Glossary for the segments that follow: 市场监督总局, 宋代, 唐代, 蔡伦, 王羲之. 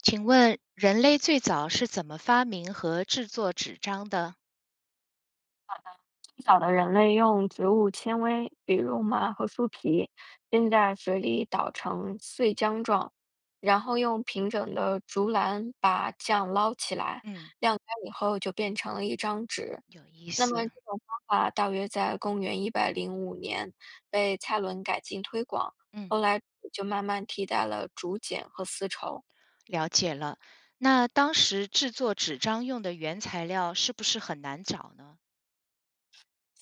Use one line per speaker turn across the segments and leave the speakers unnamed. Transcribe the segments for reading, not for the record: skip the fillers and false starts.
请问人类最早是怎么发明和制作纸张的？
不少的人类用植物纤维，比如麻和树皮，浸在水里捣成碎浆状，然后用平整的竹篮把酱捞起来，
嗯，
晾干以后就变成了一张纸。
有意
那么这
思。
种方法大约在公元105年被蔡伦改进推广，
嗯，
后来就慢慢替代了竹简和丝绸。
了解了。那当时制作纸张用的原材料是不是很难找呢？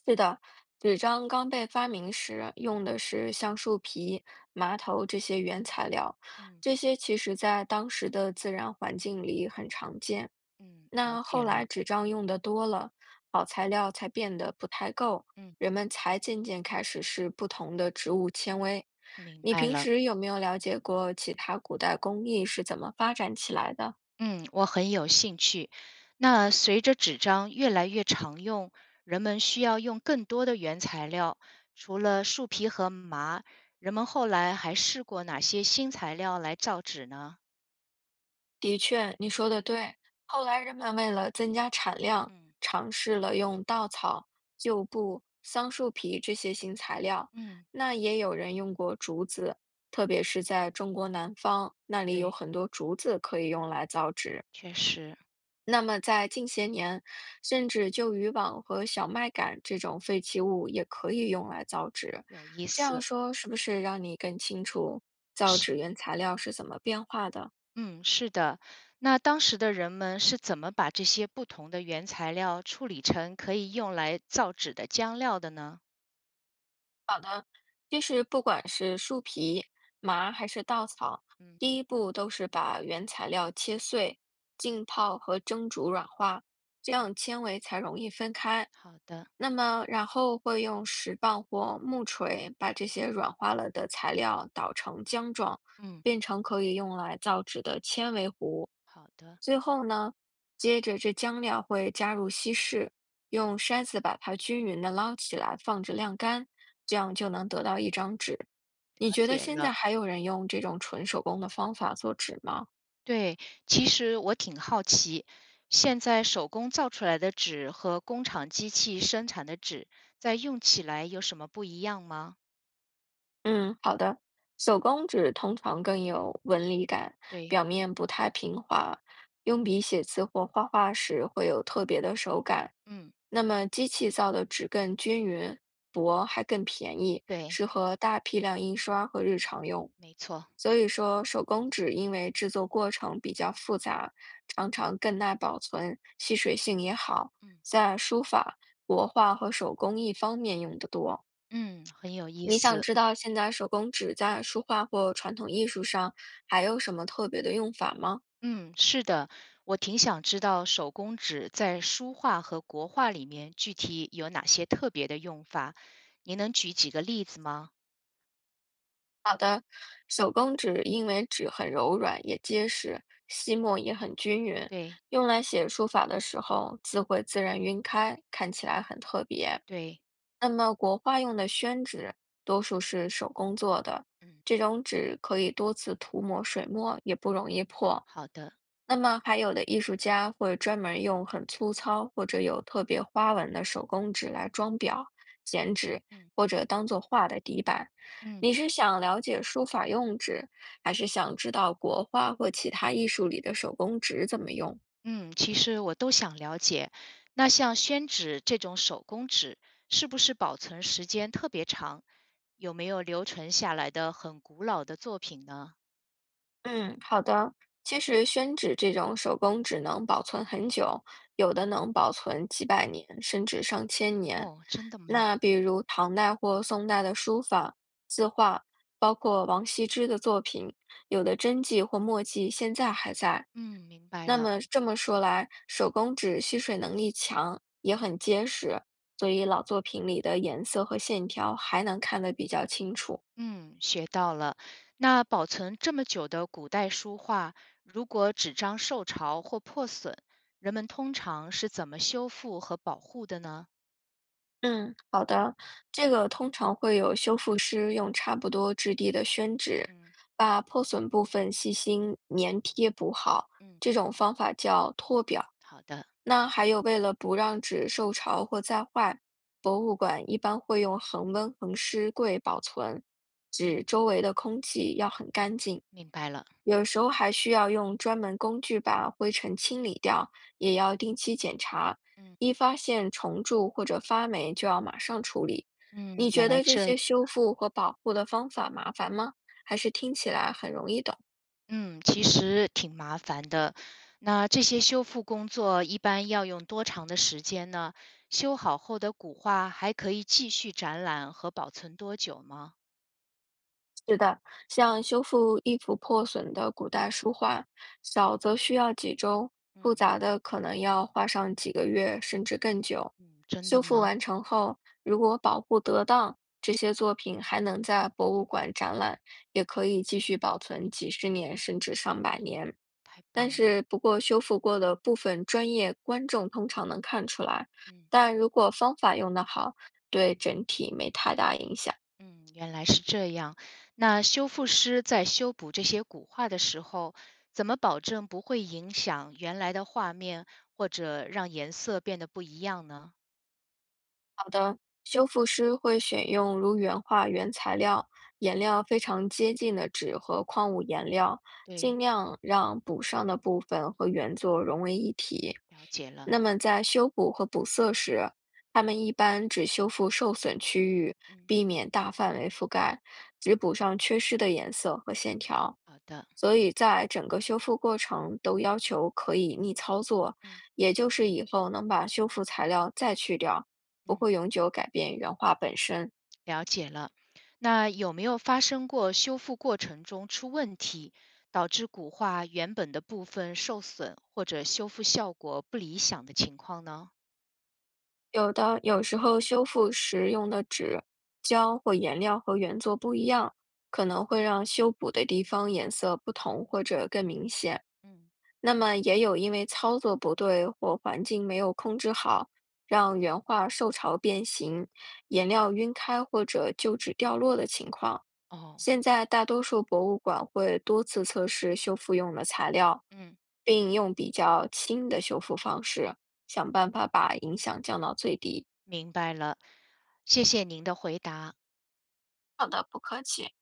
是的，纸张刚被发明时用的是橡树皮、麻头这些原材料，
嗯
这些其实在当时的自然环境里很常见。
嗯，了
那后
解
来
了。
纸张用的多了，好材料才变得不太够，
嗯，
人们才渐渐开始试不同的植物纤维。
明
你
白
平
了。
时有没有了解过其他古代工艺是怎么发展起来的？
嗯，我很有兴趣。那随着纸张越来越常用，人们需要用更多的原材料，除了树皮和麻，人们后来还试过哪些新材料来造纸呢？
的确，你说的对。后来人们为了增加产量，
嗯。
尝试了用稻草、旧布、桑树皮这些新材料。
嗯，
那也有人用过竹子，特别是在中国南方，那里有
对，
很多竹子可以用来造纸。
确实
那么在近些年，甚至旧渔网和小麦秆这种废弃物也可以用来造纸。
有意
这样
思，
说是不是让你更清楚造
是，
纸原材料是怎么变化的？
嗯，是的。那当时的人们是怎么把这些不同的原材料处理成可以用来造纸的浆料的呢？
其实不管是树皮、麻还是稻草，
嗯，
第一步都是把原材料切碎、浸泡和蒸煮软化，这样纤维才容易分开。
好的，
那么，然后会用石棒或木锤把这些软化了的材料捣成浆状，
嗯，
变成可以用来造纸的纤维糊。
好的，了
最后呢，接着这浆料会加入稀释，用筛子把它均匀的捞起来，放置晾干，这样就能得到一张纸。你觉得
解
现
了。
在还有人用这种纯手工的方法做纸吗？
对，其实我挺好奇，现在手工造出来的纸和工厂机器生产的纸，在用起来有什么不一样吗？
嗯，好的。手工纸通常更有纹理感，
对，
表面不太平滑，用笔写字或画画时会有特别的手感。
嗯，
那么机器造的纸更均匀、薄，还更便宜，
对，
适合大批量印刷和日常用。
没错，
所以说，手工纸因为制作过程比较复杂，常常更耐保存，吸水性也好，
嗯
在书法、国画和手工艺方面用得多。
嗯，很有意
你想
思。
知道现在手工纸在书画或传统艺术上还有什么特别的用法吗？
嗯，是的，我挺想知道手工纸在书画和国画里面具体有哪些特别的用法，您能举几个例子吗？
手工纸因为纸很柔软也结实，吸墨也很均匀，
对
用来写书法的时候，字会自然晕开，看起来很特别。
对，
那么国画用的宣纸多数是手工做的，
嗯，
这种纸可以多次涂抹水墨，也不容易破。
好的，
那么还有的艺术家会专门用很粗糙或者有特别花纹的手工纸来装裱、剪纸，
嗯
或者当做画的底板。
嗯
你是想了解书法用纸，还是想知道国画或其他艺术里的手工纸怎么用？
嗯，其实我都想了解。那像宣纸这种手工纸，是不是保存时间特别长？有没有留存下来的很古老的作品呢？
嗯，好的。其实宣纸这种手工纸能保存很久，有的能保存几百年甚至上千年。
哦，真的吗？
那比如唐代或宋代的书法、字画，包括王羲之的作品，有的真迹或墨迹现在还在。
嗯，明白
那
了。
么这么说来，手工纸吸水能力强，
嗯
也很结实，所以老作品里的颜色和线条还能看得比较清楚。
嗯，学到了。那保存这么久的古代书画，如果纸张受潮或破损，人们通常是怎么修复和保护的呢？
嗯，好的。这个通常会有修复师用差不多质地的宣纸，
嗯
把破损部分细心粘贴补好。
嗯，
这种方法叫脱表。
好的，
那还有，为了不让纸受潮或再坏，博物馆一般会用恒温恒湿柜保存，纸
嗯，
周围的空气要很干净。
明白了。
有时候还需要用专门工具把灰尘清理掉，也要定期检查。
嗯
一发现虫蛀或者发霉，就要马上处理。
嗯，
你
原
觉
来
得这
这样，
些修复和保护的方法麻烦吗？还是听起来很容易懂？
嗯，其实挺麻烦的。那这些修复工作一般要用多长的时间呢？修好后的古画还可以继续展览和保存多久吗？
是的，像修复一幅破损的古代书画，小则需要几周，复
嗯
杂的可能要花上几个月甚至更久。
嗯，真的
修复
吗？
完成后，如果保护得当，这些作品还能在博物馆展览，也可以继续保存几十年甚至上百年。
太
但
棒了，
是，不过修复过的部分，专业观众通常能看出来。
嗯。
但如果方法用得好，对整体没太大影响。
嗯，原来是这样。那修复师在修补这些古画的时候，怎么保证不会影响原来的画面，或者让颜色变得不一样呢？
修复师会选用如原画原材料、颜料非常接近的纸和矿物颜料，
对，
尽量让补上的部分和原作融为一体。
了解了。
那么在修补和补色时，他们一般只修复受损区域，
嗯，
避免大范围覆盖，只补上缺失的颜色和线条。
好的。
所以在整个修复过程都要求可以逆操作，
嗯
也就是以后能把修复材料再去掉，不
嗯，
会永久改变原画本身。
了解了。那有没有发生过修复过程中出问题，导致古画原本的部分受损，或者修复效果不理想的情况呢？
有的有时候修复时用的纸、胶或颜料和原作不一样，可能会让修补的地方颜色不同或者更明显。
嗯，
那么也有因为操作不对或环境没有控制好，让原画受潮变形、颜料晕开或者旧纸掉落的情况。
哦，
现在大多数博物馆会多次测试修复用的材料，
嗯
并用比较轻的修复方式，想
嗯。
办法把影响降到最低。
明白了，谢谢您的回答。
好的，不客气。